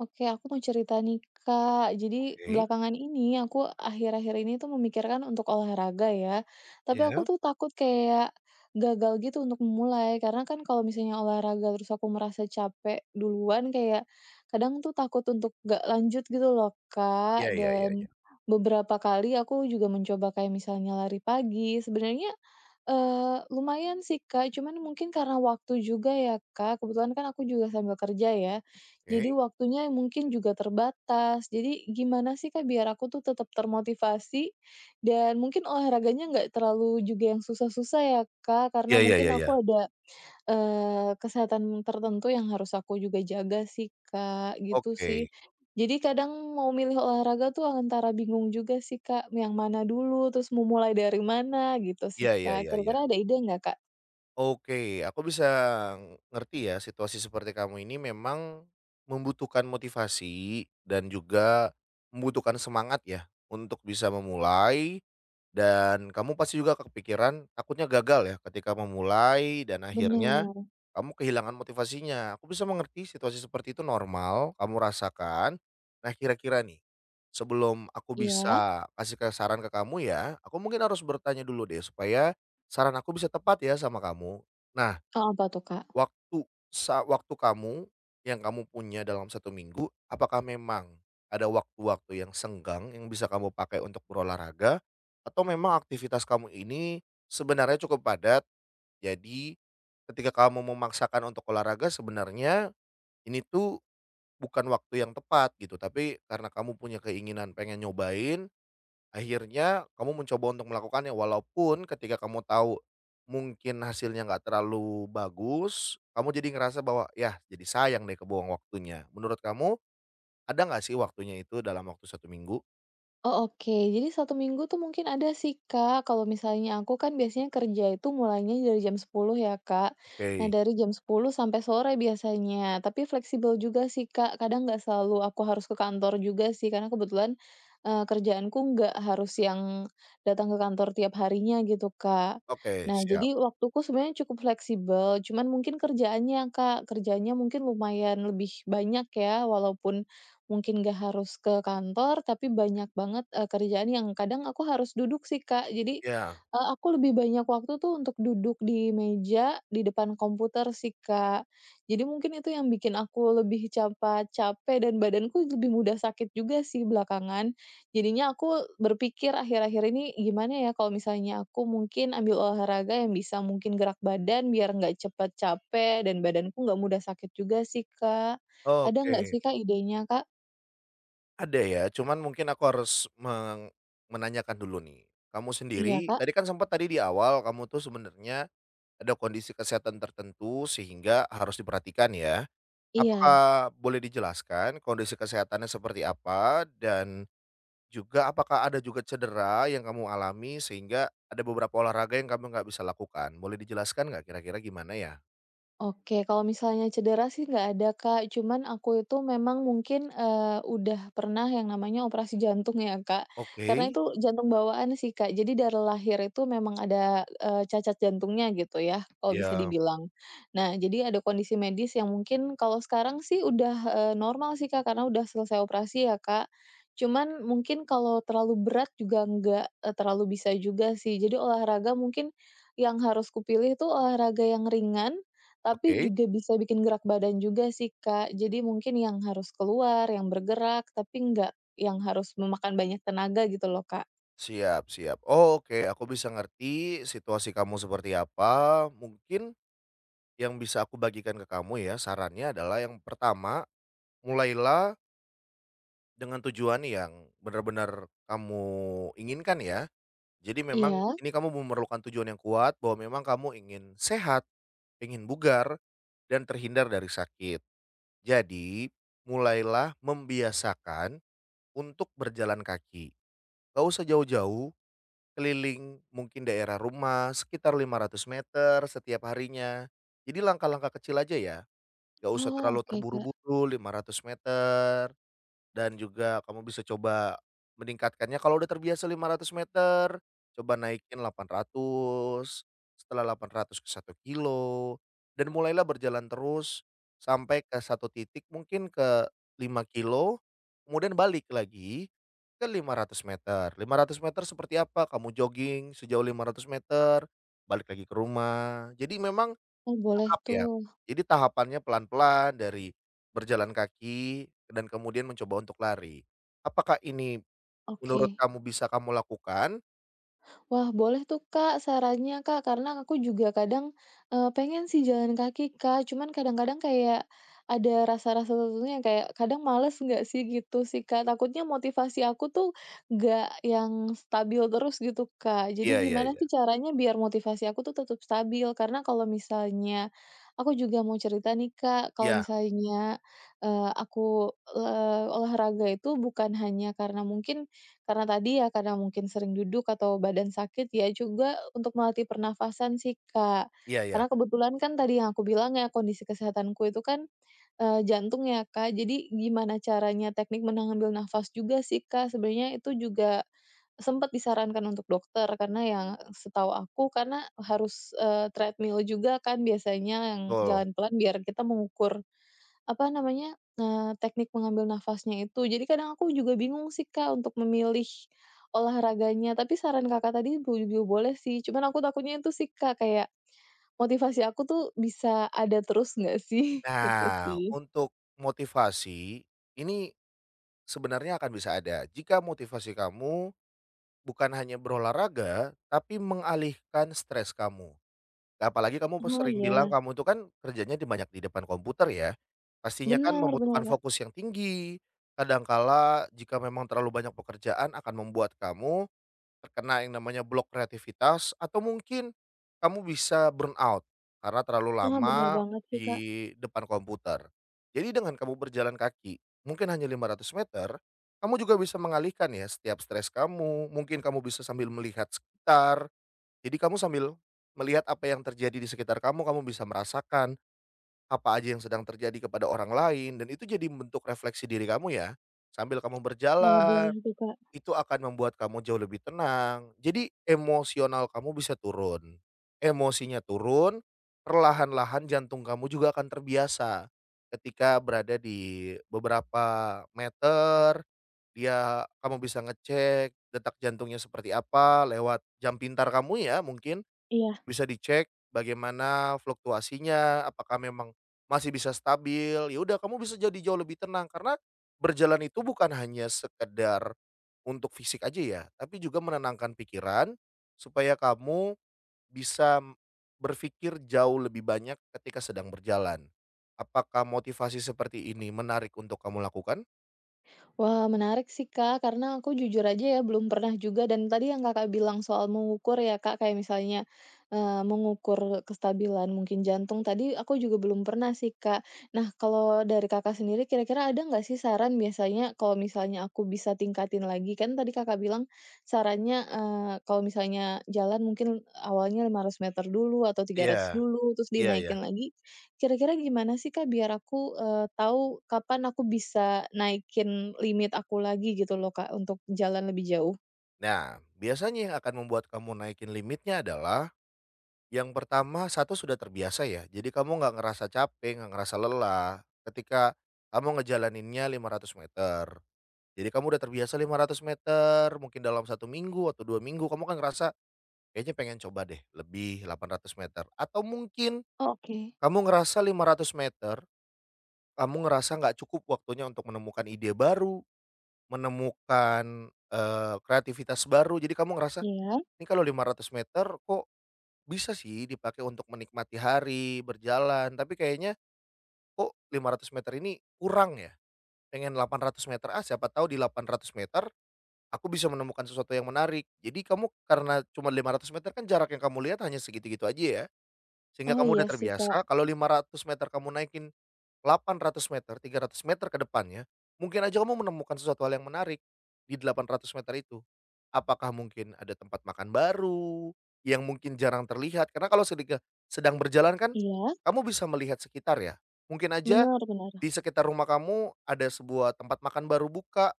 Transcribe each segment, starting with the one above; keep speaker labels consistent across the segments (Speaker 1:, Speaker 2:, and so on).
Speaker 1: Oke, aku mau cerita nih, Kak. Jadi
Speaker 2: Oke,
Speaker 1: belakangan ini aku akhir-akhir ini tuh memikirkan untuk olahraga ya. Tapi aku
Speaker 2: ya,
Speaker 1: tuh takut kayak gagal gitu untuk memulai karena kan kalau misalnya olahraga terus aku merasa capek duluan kayak kadang tuh takut untuk gak lanjut gitu loh,
Speaker 2: ya,
Speaker 1: Kak.
Speaker 2: ya, ya, iya,
Speaker 1: Dan beberapa kali aku juga mencoba kayak misalnya lari pagi. Sebenarnya, eh, lumayan sih Kak, cuman mungkin karena waktu juga ya Kak. Kebetulan kan aku juga sambil kerja ya. Jadi
Speaker 2: oke.
Speaker 1: waktunya mungkin juga terbatas. Jadi gimana sih Kak biar aku tuh tetap termotivasi dan mungkin olahraganya nggak terlalu juga yang susah-susah ya Kak, karena
Speaker 2: Ya, ya,
Speaker 1: mungkin
Speaker 2: ya, ya,
Speaker 1: aku ada, kesehatan tertentu yang harus aku juga jaga sih Kak, gitu sih.
Speaker 2: oke.
Speaker 1: Jadi kadang mau milih olahraga tuh antara bingung juga sih Kak, yang mana dulu, terus mau mulai dari mana gitu sih
Speaker 2: Ya, ya,
Speaker 1: Kak.
Speaker 2: ya, ya.
Speaker 1: Kira-kira ada ide nggak Kak?
Speaker 2: Oke, aku bisa ngerti ya situasi seperti kamu ini memang membutuhkan motivasi dan juga membutuhkan semangat ya untuk bisa memulai, dan kamu pasti juga kepikiran takutnya gagal ya ketika memulai dan akhirnya
Speaker 1: Bener.
Speaker 2: kamu kehilangan motivasinya. Aku bisa mengerti situasi seperti itu normal, kamu rasakan. Nah kira-kira nih, sebelum aku
Speaker 1: Iya?
Speaker 2: bisa kasih ke saran ke kamu ya, aku mungkin harus bertanya dulu deh supaya saran aku bisa tepat ya sama kamu. Nah,
Speaker 1: Oh, apa tuh Kak?
Speaker 2: waktu waktu kamu yang kamu punya dalam satu minggu, apakah memang ada waktu-waktu yang senggang yang bisa kamu pakai untuk berolahraga? Atau memang aktivitas kamu ini sebenarnya cukup padat, jadi ketika kamu memaksakan untuk olahraga sebenarnya ini tuh bukan waktu yang tepat gitu, tapi karena kamu punya keinginan pengen nyobain, akhirnya kamu mencoba untuk melakukannya. Walaupun ketika kamu tahu mungkin hasilnya nggak terlalu bagus, kamu jadi ngerasa bahwa, ya jadi sayang deh kebuang waktunya." Menurut kamu ada nggak sih waktunya itu dalam waktu satu minggu?
Speaker 1: Oh, oke. Jadi satu minggu tuh mungkin ada sih, Kak. Kalau misalnya aku kan biasanya kerja itu mulainya dari jam 10 ya, Kak. Nah,
Speaker 2: Oke.
Speaker 1: dari jam 10 sampai sore biasanya, tapi fleksibel juga sih, Kak. Kadang nggak selalu aku harus ke kantor juga sih, karena kebetulan, kerjaanku nggak harus yang datang ke kantor tiap harinya gitu, Kak.
Speaker 2: Oke,
Speaker 1: Nah,
Speaker 2: siap.
Speaker 1: jadi waktuku sebenarnya cukup fleksibel, cuman mungkin kerjaannya, Kak, kerjaannya mungkin lumayan lebih banyak ya, walaupun mungkin gak harus ke kantor, tapi banyak banget, kerjaan yang kadang aku harus duduk sih, Kak. Jadi,
Speaker 2: Ya,
Speaker 1: aku lebih banyak waktu tuh untuk duduk di meja, di depan komputer sih, Kak. Jadi mungkin itu yang bikin aku lebih cepat capek dan badanku lebih mudah sakit juga sih belakangan. Jadinya aku berpikir akhir-akhir ini, "Gimana ya kalau misalnya aku mungkin ambil olahraga yang bisa mungkin gerak badan biar nggak cepat capek dan badanku nggak mudah sakit juga sih, Kak." Ada nggak
Speaker 2: oke.
Speaker 1: sih, Kak, idenya, Kak?
Speaker 2: Ada ya, cuman mungkin aku harus menanyakan dulu nih. Kamu
Speaker 1: Iya,
Speaker 2: sendiri,
Speaker 1: Kak.
Speaker 2: tadi kan sempat tadi di awal kamu tuh sebenarnya ada kondisi kesehatan tertentu sehingga harus diperhatikan ya.
Speaker 1: Iya.
Speaker 2: Apakah boleh dijelaskan kondisi kesehatannya seperti apa, dan juga apakah ada juga cedera yang kamu alami sehingga ada beberapa olahraga yang kamu nggak bisa lakukan? Boleh dijelaskan nggak kira-kira gimana ya?
Speaker 1: Oke, kalau misalnya cedera sih nggak ada, Kak. Cuman aku itu memang mungkin, udah pernah yang namanya operasi jantung ya, Kak. Karena
Speaker 2: Oke,
Speaker 1: itu jantung bawaan sih, Kak. Jadi dari lahir itu memang ada, cacat jantungnya gitu ya, kalau bisa
Speaker 2: ya,
Speaker 1: dibilang. Nah, jadi ada kondisi medis yang mungkin kalau sekarang sih udah, normal sih, Kak, karena udah selesai operasi ya, Kak. Cuman mungkin kalau terlalu berat juga nggak, terlalu bisa juga sih. Jadi olahraga mungkin yang harus kupilih tuh olahraga yang ringan tapi
Speaker 2: oke.
Speaker 1: juga bisa bikin gerak badan juga sih, Kak. Jadi mungkin yang harus keluar, yang bergerak, tapi nggak yang harus memakan banyak tenaga gitu loh, Kak.
Speaker 2: Siap siap. Oh, oke, aku bisa ngerti situasi kamu seperti apa. Mungkin yang bisa aku bagikan ke kamu ya, sarannya adalah yang pertama, mulailah dengan tujuan yang benar-benar kamu inginkan ya. Jadi memang
Speaker 1: Iya?
Speaker 2: ini kamu memerlukan tujuan yang kuat bahwa memang kamu ingin sehat, ingin bugar, dan terhindar dari sakit. Jadi, mulailah membiasakan untuk berjalan kaki. Nggak usah jauh-jauh, keliling mungkin daerah rumah sekitar 500 meter setiap harinya. Jadi langkah-langkah kecil aja ya, gak usah
Speaker 1: Oh,
Speaker 2: terlalu
Speaker 1: oke, Kak.
Speaker 2: terburu-buru 500 meter, dan juga kamu bisa coba meningkatkannya. Kalau udah terbiasa 500 meter, coba naikin 800, setelah 800 ke satu kilo, dan mulailah berjalan terus sampai ke satu titik mungkin ke 5 kilo. Kemudian balik lagi ke 500 meter. 500 meter seperti apa? Kamu jogging sejauh 500 meter, balik lagi ke rumah. Jadi memang
Speaker 1: Oh, boleh
Speaker 2: tahap ya?
Speaker 1: tuh.
Speaker 2: Jadi tahapannya pelan-pelan dari berjalan kaki dan kemudian mencoba untuk lari. Apakah ini menurut
Speaker 1: Oke.
Speaker 2: kamu bisa kamu lakukan?
Speaker 1: Wah, boleh tuh Kak, sarannya Kak, karena aku juga kadang, pengen sih jalan kaki Kak, cuman kadang-kadang kayak ada rasa-rasa tertentu yang kayak kadang males nggak sih gitu sih Kak, takutnya motivasi aku tuh nggak yang stabil terus gitu Kak. Jadi
Speaker 2: Iya iya
Speaker 1: gimana
Speaker 2: iya.
Speaker 1: sih caranya biar motivasi aku tuh tetap stabil? Karena kalau misalnya aku juga mau cerita nih Kak, kalau
Speaker 2: Iya
Speaker 1: misalnya, aku, olahraga itu bukan hanya karena mungkin karena tadi ya, karena mungkin sering duduk atau badan sakit, ya juga untuk melatih pernafasan sih, Kak.
Speaker 2: iya iya,
Speaker 1: Karena kebetulan kan tadi yang aku bilang ya, kondisi kesehatanku itu kan, jantung ya, Kak. Jadi gimana caranya teknik mengambil nafas juga sih, Kak. Sebenarnya itu juga sempat disarankan untuk dokter, karena yang setahu aku karena harus, treadmill juga kan biasanya yang
Speaker 2: betul.
Speaker 1: jalan pelan biar kita mengukur apa namanya, teknik mengambil nafasnya itu. Jadi kadang aku juga bingung sih, Kak, untuk memilih olahraganya, tapi saran Kakak tadi juga boleh sih, cuman aku takutnya itu sih, Kak, kayak motivasi aku tuh bisa ada terus nggak sih? Gitu
Speaker 2: Nah,
Speaker 1: sih.
Speaker 2: untuk motivasi ini sebenarnya akan bisa ada jika motivasi kamu bukan hanya berolahraga, tapi mengalihkan stres kamu. Apalagi kamu
Speaker 1: Oh,
Speaker 2: sering bilang
Speaker 1: iya.
Speaker 2: kamu itu kan kerjanya di banyak di depan komputer ya, pastinya kan
Speaker 1: Benar-benar,
Speaker 2: membutuhkan
Speaker 1: Kak.
Speaker 2: fokus yang tinggi, kadangkala jika memang terlalu banyak pekerjaan akan membuat kamu terkena yang namanya blok kreativitas atau mungkin kamu bisa burn out karena terlalu
Speaker 1: Ah, benar
Speaker 2: lama
Speaker 1: banget sih, Kak.
Speaker 2: di depan komputer. Jadi dengan kamu berjalan kaki mungkin hanya 500 meter, kamu juga bisa mengalihkan ya setiap stres kamu, mungkin kamu bisa sambil melihat sekitar, jadi kamu sambil melihat apa yang terjadi di sekitar kamu, kamu bisa merasakan apa aja yang sedang terjadi kepada orang lain dan itu jadi bentuk refleksi diri kamu ya. Sambil kamu
Speaker 1: Wah,
Speaker 2: berjalan,
Speaker 1: boleh tuh, Kak.
Speaker 2: itu akan membuat kamu jauh lebih tenang. Jadi emosional kamu bisa turun. Emosinya turun, perlahan-lahan jantung kamu juga akan terbiasa. Ketika berada di beberapa meter, dia kamu bisa ngecek detak jantungnya seperti apa lewat jam pintar kamu ya, mungkin
Speaker 1: Iya.
Speaker 2: bisa dicek bagaimana fluktuasinya, apakah memang masih bisa stabil, ya udah kamu bisa jadi jauh lebih tenang karena berjalan itu bukan hanya sekedar untuk fisik aja ya, tapi juga menenangkan pikiran supaya kamu bisa berpikir jauh lebih banyak ketika sedang berjalan. Apakah motivasi seperti ini menarik untuk kamu lakukan?
Speaker 1: Wah, menarik sih, Kak, karena aku jujur aja ya belum pernah juga dan tadi yang Kakak bilang soal mengukur ya, Kak, kayak misalnya, mengukur kestabilan mungkin jantung tadi aku juga belum pernah sih, Kak. Nah, kalau dari Kakak sendiri kira-kira ada nggak sih saran biasanya kalau misalnya aku bisa tingkatin lagi? Kan tadi Kakak bilang sarannya, kalau misalnya jalan mungkin awalnya 500 meter dulu atau 300
Speaker 2: Iya,
Speaker 1: dulu, terus
Speaker 2: iya
Speaker 1: dinaikin
Speaker 2: iya.
Speaker 1: lagi. Kira-kira gimana sih, Kak, biar aku, tahu kapan aku bisa naikin limit aku lagi gitu loh, Kak, untuk jalan lebih jauh?
Speaker 2: Nah, biasanya yang akan membuat kamu naikin limitnya adalah yang pertama, satu sudah terbiasa ya, jadi kamu nggak ngerasa capek, nggak ngerasa lelah, ketika kamu ngejalaninnya 500 meter. Jadi kamu udah terbiasa 500 meter, mungkin dalam satu minggu atau 2 minggu kamu kan ngerasa, "Kayaknya pengen coba deh lebih 800 meter." Atau mungkin
Speaker 1: Oke.
Speaker 2: kamu ngerasa 500 meter, kamu ngerasa nggak cukup waktunya untuk menemukan ide baru, menemukan, kreativitas baru, jadi kamu ngerasa,
Speaker 1: Iya.
Speaker 2: "Ini kalau 500 meter kok bisa sih dipakai untuk menikmati hari, berjalan, tapi kayaknya kok 500 meter ini kurang ya? Pengen 800 meter, ah siapa tahu di 800 meter aku bisa menemukan sesuatu yang menarik. Jadi kamu karena cuma 500 meter kan jarak yang kamu lihat hanya segitu-gitu aja ya? Sehingga
Speaker 1: Oh,
Speaker 2: kamu
Speaker 1: iya
Speaker 2: udah
Speaker 1: sih, Kak.
Speaker 2: terbiasa kalau 500 meter, kamu naikin 800 meter, 300 meter ke depannya, mungkin aja kamu menemukan sesuatu hal yang menarik di 800 meter itu. Apakah mungkin ada tempat makan baru yang mungkin jarang terlihat? Karena kalau sedang berjalan kan
Speaker 1: Iya,
Speaker 2: kamu bisa melihat sekitar ya. Mungkin aja
Speaker 1: benar-benar.
Speaker 2: di sekitar rumah kamu ada sebuah tempat makan baru buka,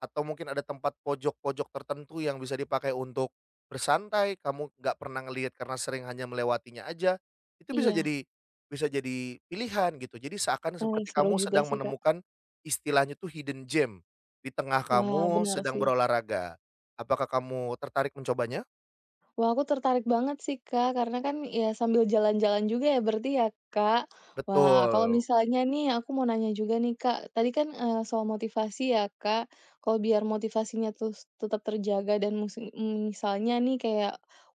Speaker 2: atau mungkin ada tempat pojok-pojok tertentu yang bisa dipakai untuk bersantai, kamu nggak pernah ngelihat karena sering hanya melewatinya aja, itu
Speaker 1: Iya.
Speaker 2: bisa jadi pilihan gitu. Jadi seakan
Speaker 1: Eh,
Speaker 2: seperti
Speaker 1: seru
Speaker 2: kamu
Speaker 1: juga
Speaker 2: sedang
Speaker 1: sih, Kak.
Speaker 2: menemukan istilahnya tuh hidden gem, di tengah
Speaker 1: Wah,
Speaker 2: kamu
Speaker 1: benar
Speaker 2: sedang
Speaker 1: sih.
Speaker 2: berolahraga. Apakah kamu tertarik mencobanya?
Speaker 1: Wah, aku tertarik banget sih, Kak, karena kan ya sambil jalan-jalan juga ya berarti ya, Kak. Wah, kalau
Speaker 2: Betul.
Speaker 1: misalnya nih aku mau nanya juga nih, Kak. Tadi kan, soal motivasi ya, Kak. Kalau biar motivasinya terus tetap terjaga dan misalnya nih kayak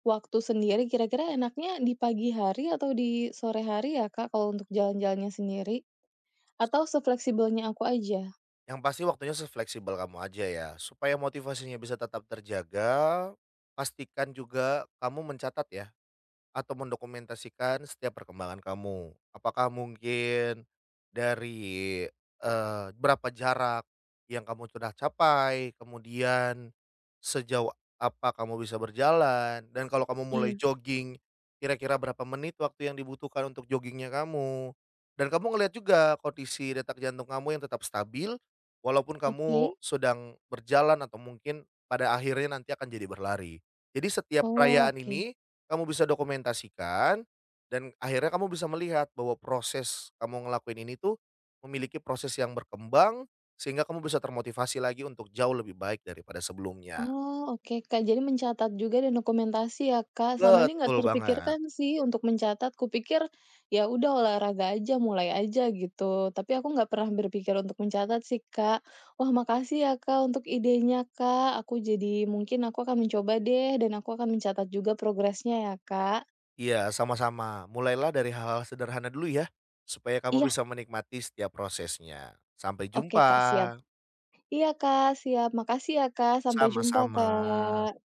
Speaker 1: waktu sendiri, kira-kira enaknya di pagi hari atau di sore hari ya, Kak, kalau untuk jalan-jalannya sendiri? Atau sefleksibelnya aku aja?
Speaker 2: Yang pasti waktunya sefleksibel kamu aja ya, supaya motivasinya bisa tetap terjaga, pastikan juga kamu mencatat ya atau mendokumentasikan setiap perkembangan kamu. Apakah mungkin dari, berapa jarak yang kamu sudah capai, kemudian sejauh apa kamu bisa berjalan, dan kalau kamu mulai
Speaker 1: Iya.
Speaker 2: jogging, kira-kira berapa menit waktu yang dibutuhkan untuk joggingnya kamu. Dan kamu ngelihat juga kondisi detak jantung kamu yang tetap stabil, walaupun kamu
Speaker 1: Oke.
Speaker 2: sedang berjalan atau mungkin pada akhirnya nanti akan jadi berlari. Jadi setiap
Speaker 1: Oh,
Speaker 2: perayaan
Speaker 1: oke.
Speaker 2: ini kamu bisa dokumentasikan dan akhirnya kamu bisa melihat bahwa proses kamu ngelakuin ini tuh memiliki proses yang berkembang, sehingga kamu bisa termotivasi lagi untuk jauh lebih baik daripada sebelumnya.
Speaker 1: Oh, oke, Kak. Jadi mencatat juga dan dokumentasi ya, Kak. Selama ini nggak
Speaker 2: Betul banget.
Speaker 1: terpikirkan sih untuk mencatat. Kupikir ya udah olahraga aja, mulai aja gitu. Tapi aku nggak pernah berpikir untuk mencatat sih, Kak. Wah, makasih ya, Kak, untuk idenya, Kak. Aku jadi mungkin aku akan mencoba deh dan aku akan mencatat juga progresnya ya, Kak.
Speaker 2: Iya, sama-sama. Mulailah dari hal-hal sederhana dulu ya, supaya kamu
Speaker 1: Iya,
Speaker 2: bisa menikmati setiap prosesnya. Sampai
Speaker 1: oke, Kak, siap.
Speaker 2: jumpa.
Speaker 1: Iya, Kak, siap. Makasih ya, Kak. Sampai jumpa,
Speaker 2: Sama-sama.
Speaker 1: Kak.